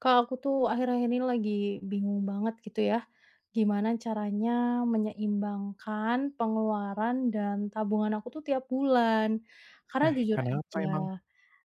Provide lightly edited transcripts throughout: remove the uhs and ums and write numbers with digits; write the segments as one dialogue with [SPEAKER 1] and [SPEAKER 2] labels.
[SPEAKER 1] Kak, aku tuh akhir-akhir ini lagi bingung banget gitu ya, gimana caranya menyeimbangkan pengeluaran dan tabungan aku tuh tiap bulan. Karena
[SPEAKER 2] Eh,
[SPEAKER 1] jujur
[SPEAKER 2] kenapa emang?
[SPEAKER 1] aja,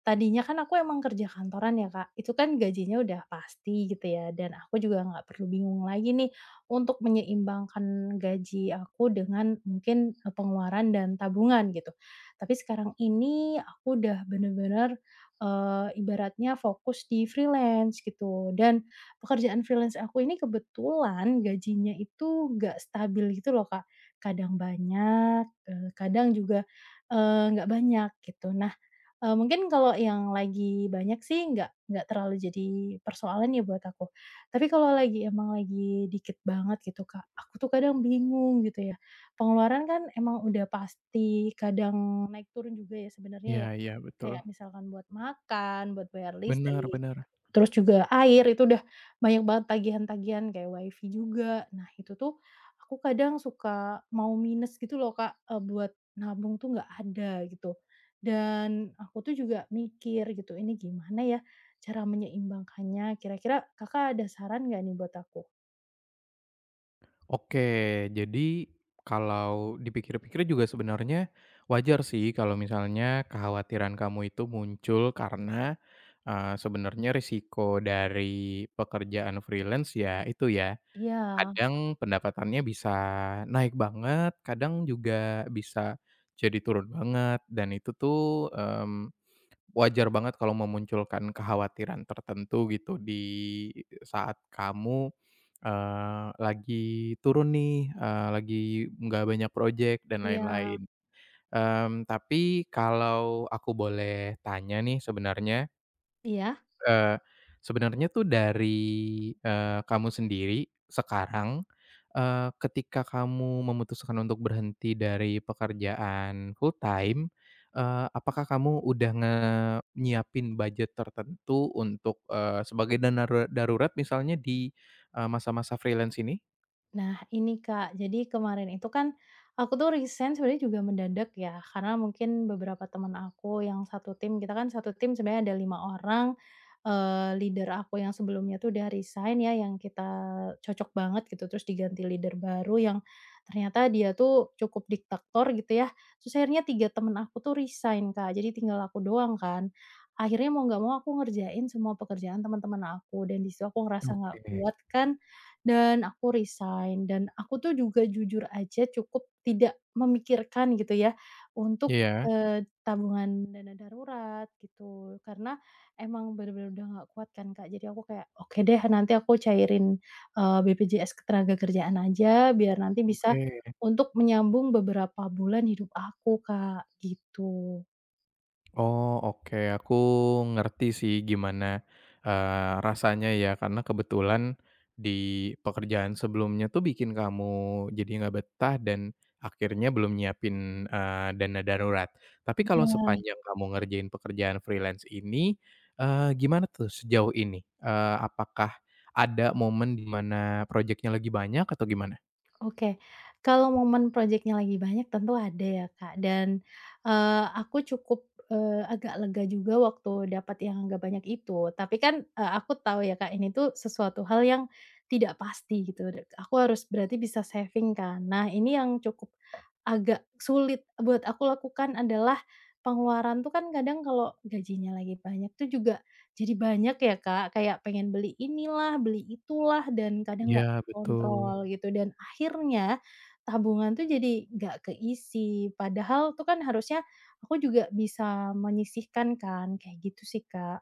[SPEAKER 1] tadinya kan aku emang kerja kantoran ya, Kak, itu kan gajinya udah pasti gitu ya, dan aku juga nggak perlu bingung lagi nih untuk menyeimbangkan gaji aku dengan mungkin, pengeluaran dan tabungan gitu. Tapi sekarang ini aku udah bener-bener, ibaratnya fokus di freelance gitu, dan pekerjaan freelance aku ini kebetulan gajinya itu nggak stabil gitu loh, Kak. Kadang banyak, kadang juga, nggak banyak gitu. Nah, mungkin kalau yang lagi banyak sih nggak terlalu jadi persoalan ya buat aku. Tapi kalau lagi emang lagi dikit banget gitu, Kak, aku tuh kadang bingung gitu ya. Pengeluaran kan emang udah pasti kadang naik turun juga ya
[SPEAKER 2] Iya,
[SPEAKER 1] sebenarnya ya.
[SPEAKER 2] iya, betul.
[SPEAKER 1] Kayak misalkan buat makan, buat bayar listrik,
[SPEAKER 2] Benar-benar.
[SPEAKER 1] terus juga air itu udah banyak banget tagihan-tagihan kayak WiFi juga. Nah itu tuh aku kadang suka mau minus gitu loh, Kak, buat nabung tuh nggak ada gitu. Dan aku tuh juga mikir gitu, ini gimana ya cara menyeimbangkannya, kira-kira Kakak ada saran nggak nih buat aku?
[SPEAKER 2] Oke, jadi kalau dipikir-pikir juga sebenarnya wajar sih kalau misalnya kekhawatiran kamu itu muncul karena, sebenarnya risiko dari pekerjaan freelance ya itu ya,
[SPEAKER 1] Iya.
[SPEAKER 2] kadang pendapatannya bisa naik banget, kadang juga bisa jadi turun banget dan itu tuh, mmm wajar banget kalau memunculkan kekhawatiran tertentu gitu di saat kamu, lagi turun nih, lagi nggak banyak project dan
[SPEAKER 1] Iya.
[SPEAKER 2] lain-lain. Tapi kalau aku boleh tanya nih sebenarnya,
[SPEAKER 1] Iya?
[SPEAKER 2] eee, sebenarnya tuh dari, kamu sendiri sekarang, ketika kamu memutuskan untuk berhenti dari pekerjaan full time, apakah kamu udah nyiapin budget tertentu untuk, sebagai dana darurat misalnya di, masa-masa freelance ini?
[SPEAKER 1] Nah ini Kak, jadi kemarin itu kan aku tuh resign sebenarnya juga mendadak ya, karena mungkin beberapa teman aku yang satu tim, kita kan satu tim sebenarnya ada 5 orang, leader aku yang sebelumnya tuh udah resign ya, yang kita cocok banget gitu, terus diganti leader baru yang ternyata dia tuh cukup diktator gitu ya, terus akhirnya 3 teman aku tuh resign Kak, jadi tinggal aku doang kan. Akhirnya mau nggak mau aku ngerjain semua pekerjaan teman-teman aku dan di situ aku ngerasa nggak
[SPEAKER 2] Oke.
[SPEAKER 1] kuat kan, dan aku resign dan aku tuh juga jujur aja cukup tidak memikirkan gitu ya untuk,
[SPEAKER 2] Iya.
[SPEAKER 1] tabungan dana darurat gitu, karena emang bener-bener udah nggak kuat kan, Kak. Jadi aku kayak, "Oke deh nanti aku cairin, BPJS ketenagakerjaan aja biar nanti bisa
[SPEAKER 2] Oke.
[SPEAKER 1] untuk menyambung beberapa bulan hidup aku, Kak," gitu.
[SPEAKER 2] Oh, oke. Aku ngerti sih gimana, rasanya ya, karena kebetulan di pekerjaan sebelumnya tuh bikin kamu jadi nggak betah dan akhirnya belum nyiapin, dana darurat. Tapi
[SPEAKER 1] Iya.
[SPEAKER 2] kalau sepanjang kamu ngerjain pekerjaan freelance ini, gimana tuh sejauh ini? Apakah ada momen di mana projeknya lagi banyak atau gimana?
[SPEAKER 1] Oke, kalau momen projeknya lagi banyak tentu ada ya, Kak, dan, aku cukup, agak lega juga waktu dapat yang agak banyak itu. Tapi kan, aku tahu ya, Kak, ini tuh sesuatu hal yang tidak pasti gitu, aku harus berarti bisa saving kan. Nah, ini yang cukup agak sulit buat aku lakukan adalah pengeluaran tuh kan kadang kalau gajinya lagi banyak tuh juga jadi banyak ya, Kak, kayak pengen beli inilah, beli itulah, dan kadang nggak
[SPEAKER 2] Ya, betul.
[SPEAKER 1] kontrol gitu dan akhirnya tabungan tuh jadi nggak keisi, padahal tuh kan harusnya aku juga bisa menyisihkan kan, kayak gitu sih, Kak.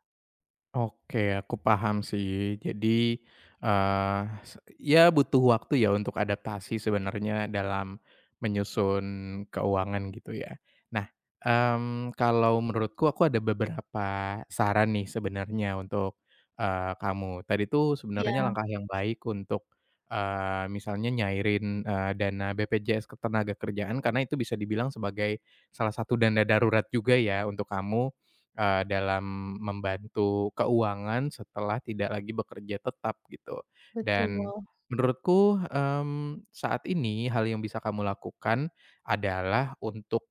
[SPEAKER 2] Oke, aku paham sih. Jadi, eee, ya butuh waktu ya untuk adaptasi sebenarnya dalam menyusun keuangan gitu ya. Nah, kalau menurutku aku ada beberapa saran nih sebenarnya untuk, kamu. Tadi tuh
[SPEAKER 1] Iya,
[SPEAKER 2] sebenarnya langkah yang baik untuk, misalnya nyairin, dana BPJS Kerjaan karena itu bisa dibilang sebagai salah satu dana darurat juga ya untuk kamu, dalam membantu keuangan setelah tidak lagi bekerja tetap gitu.
[SPEAKER 1] betul.
[SPEAKER 2] Dan menurutku, saat ini hal yang bisa kamu lakukan adalah untuk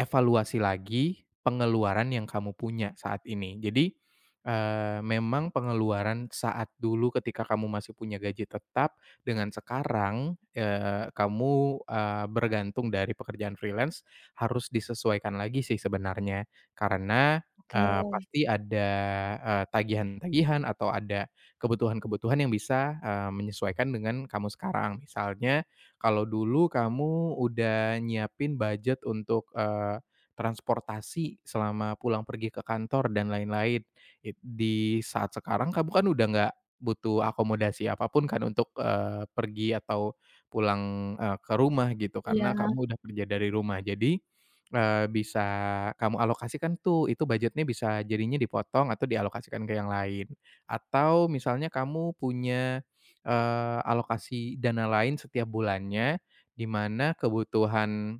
[SPEAKER 2] evaluasi lagi pengeluaran yang kamu punya saat ini. Jadi, memang pengeluaran saat dulu ketika kamu masih punya gaji tetap dengan sekarang, kamu, bergantung dari pekerjaan freelance harus disesuaikan lagi sih sebenarnya. Karena,
[SPEAKER 1] Oke,
[SPEAKER 2] pasti ada, tagihan-tagihan atau ada kebutuhan-kebutuhan yang bisa, menyesuaikan dengan kamu sekarang. Misalnya kalau dulu kamu udah nyiapin budget untuk, transportasi selama pulang pergi ke kantor dan lain-lain. It di saat sekarang kamu kan udah nggak butuh akomodasi apapun kan untuk, pergi atau pulang, ke rumah gitu
[SPEAKER 1] iya,
[SPEAKER 2] karena kamu udah kerja dari rumah. Jadi, bisa kamu alokasikan tuh, itu budgetnya bisa jadinya dipotong atau dialokasikan ke yang lain. Atau misalnya kamu punya alokasi dana lain setiap bulannya, di mana kebutuhan,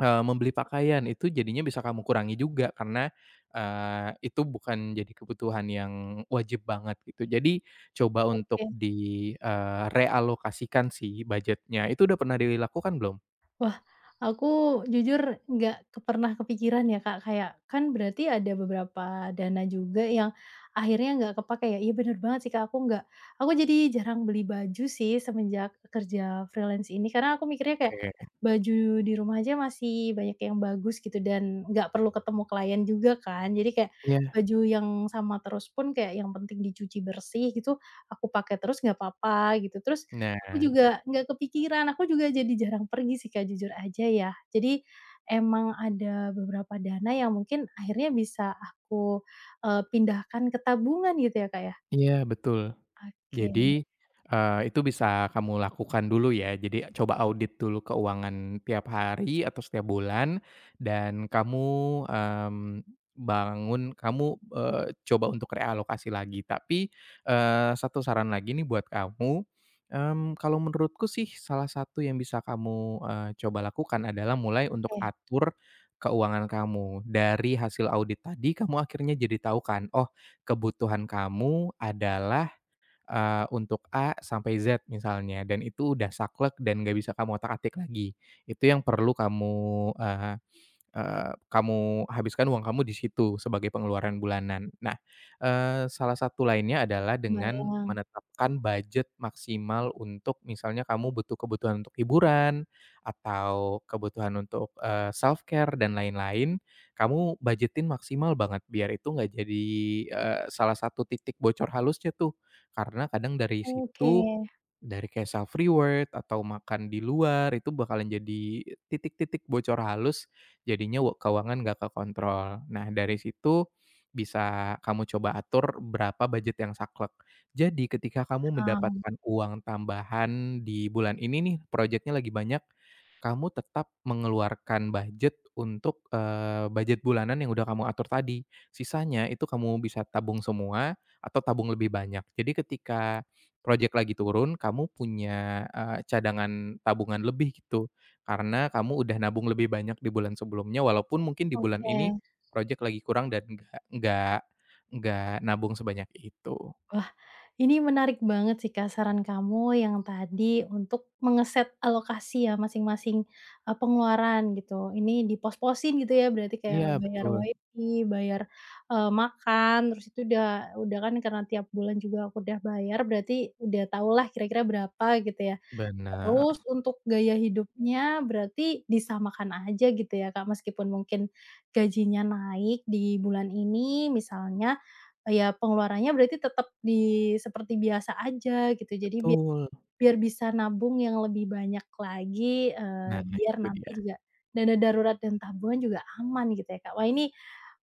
[SPEAKER 2] membeli pakaian itu jadinya bisa kamu kurangi juga karena, itu bukan jadi kebutuhan yang wajib banget gitu. Jadi coba untuk
[SPEAKER 1] oke.
[SPEAKER 2] di, realokasikan sih budgetnya. Itu udah pernah dilakukan belum?
[SPEAKER 1] Wah, aku jujur nggak pernah kepikiran ya, Kak, kayak kan berarti ada beberapa dana juga yang akhirnya nggak kepakai ya, iya bener banget sih, Kak, aku nggak, aku jadi jarang beli baju sih semenjak kerja freelance ini karena aku mikirnya kayak
[SPEAKER 2] Oke.
[SPEAKER 1] baju di rumah aja masih banyak yang bagus gitu dan nggak perlu ketemu klien juga kan. Jadi kayak
[SPEAKER 2] Iya.
[SPEAKER 1] baju yang sama terus pun kayak yang penting dicuci bersih gitu, aku pakai terus nggak apa-apa gitu. Terus aku
[SPEAKER 2] Nah,
[SPEAKER 1] juga nggak kepikiran, aku juga jadi jarang pergi sih Kak, jujur aja ya. Jadi, emang ada beberapa dana yang mungkin akhirnya bisa aku, pindahkan ke tabungan gitu ya Kak ya?
[SPEAKER 2] iya, betul.
[SPEAKER 1] Oke
[SPEAKER 2] Jadi, itu bisa kamu lakukan dulu ya. Jadi coba audit dulu keuangan tiap hari atau setiap bulan dan kamu, mmm, bangun kamu, coba untuk realokasi lagi. Tapi, satu saran lagi nih buat kamu, kalau menurutku sih salah satu yang bisa kamu, coba lakukan adalah mulai untuk
[SPEAKER 1] oke,
[SPEAKER 2] atur keuangan kamu. Dari hasil audit tadi kamu akhirnya jadi tahu kan, oh, kebutuhan kamu adalah, untuk A sampai Z misalnya dan itu udah saklek dan nggak bisa kamu otak-atik lagi. Itu yang perlu kamu, eee Eee, kamu habiskan uang kamu di situ sebagai pengeluaran bulanan. Nah, salah satu lainnya adalah dengan
[SPEAKER 1] kebayang.
[SPEAKER 2] menetapkan budget maksimal untuk misalnya kamu butuh kebutuhan untuk hiburan atau kebutuhan untuk self care dan lain-lain, kamu budgetin maksimal banget biar itu nggak jadi, salah satu titik bocor halusnya tuh. Karena kadang dari
[SPEAKER 1] Oke,
[SPEAKER 2] situ, dari kayak self-reward atau makan di luar itu bakalan jadi titik-titik bocor halus, jadinya wo keuangan nggak kekontrol. Nah, dari situ bisa kamu coba atur berapa budget yang saklek. Jadi ketika kamu
[SPEAKER 1] paham,
[SPEAKER 2] mendapatkan uang tambahan di bulan ini nih, proyeknya lagi banyak, kamu tetap mengeluarkan budget untuk, budget bulanan yang udah kamu atur tadi. Sisanya itu kamu bisa tabung semua atau tabung lebih banyak. Jadi ketika projek lagi turun, kamu punya, cadangan tabungan lebih gitu. Karena kamu udah nabung lebih banyak di bulan sebelumnya, walaupun mungkin di bulan ini
[SPEAKER 1] oke.
[SPEAKER 2] projek lagi kurang dan nggak nabung sebanyak itu.
[SPEAKER 1] Wah, ini menarik banget sih, Kak, saran kamu yang tadi untuk mengeset alokasi ya masing-masing, pengeluaran gitu. Ini dipos-posin gitu ya, berarti kayak
[SPEAKER 2] Iya,
[SPEAKER 1] bayar
[SPEAKER 2] betul,
[SPEAKER 1] WiFi, bayar, makan, terus itu udah kan karena tiap bulan juga aku udah bayar, berarti udah tau lah kira-kira berapa gitu ya.
[SPEAKER 2] bener,
[SPEAKER 1] Terus untuk gaya hidupnya berarti disamakan aja gitu ya, Kak, meskipun mungkin gajinya naik di bulan ini misalnya, ya pengeluarannya berarti tetap di seperti biasa aja gitu. Jadi biar
[SPEAKER 2] betul.
[SPEAKER 1] biar bisa nabung yang lebih banyak lagi,
[SPEAKER 2] Nah,
[SPEAKER 1] biar
[SPEAKER 2] itu
[SPEAKER 1] nanti
[SPEAKER 2] dia.
[SPEAKER 1] juga dana darurat dan tabungan juga aman gitu ya, Kak. Wah ini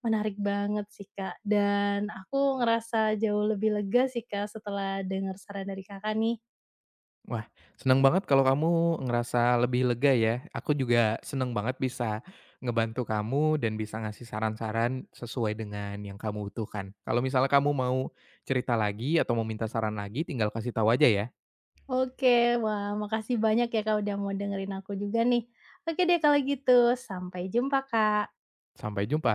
[SPEAKER 1] menarik banget sih, Kak, dan aku ngerasa jauh lebih lega sih, Kak, setelah dengar saran dari Kakak nih.
[SPEAKER 2] Wah, senang banget kalau kamu ngerasa lebih lega ya. Aku juga senang banget bisa ngebantu kamu dan bisa ngasih saran-saran sesuai dengan yang kamu butuhkan. Kalau misalnya kamu mau cerita lagi atau mau minta saran lagi, tinggal kasih tahu aja ya.
[SPEAKER 1] Oke, wah makasih banyak ya Kak, udah mau dengerin aku juga nih. Oke deh kalau gitu, sampai jumpa Kak.
[SPEAKER 2] Sampai jumpa.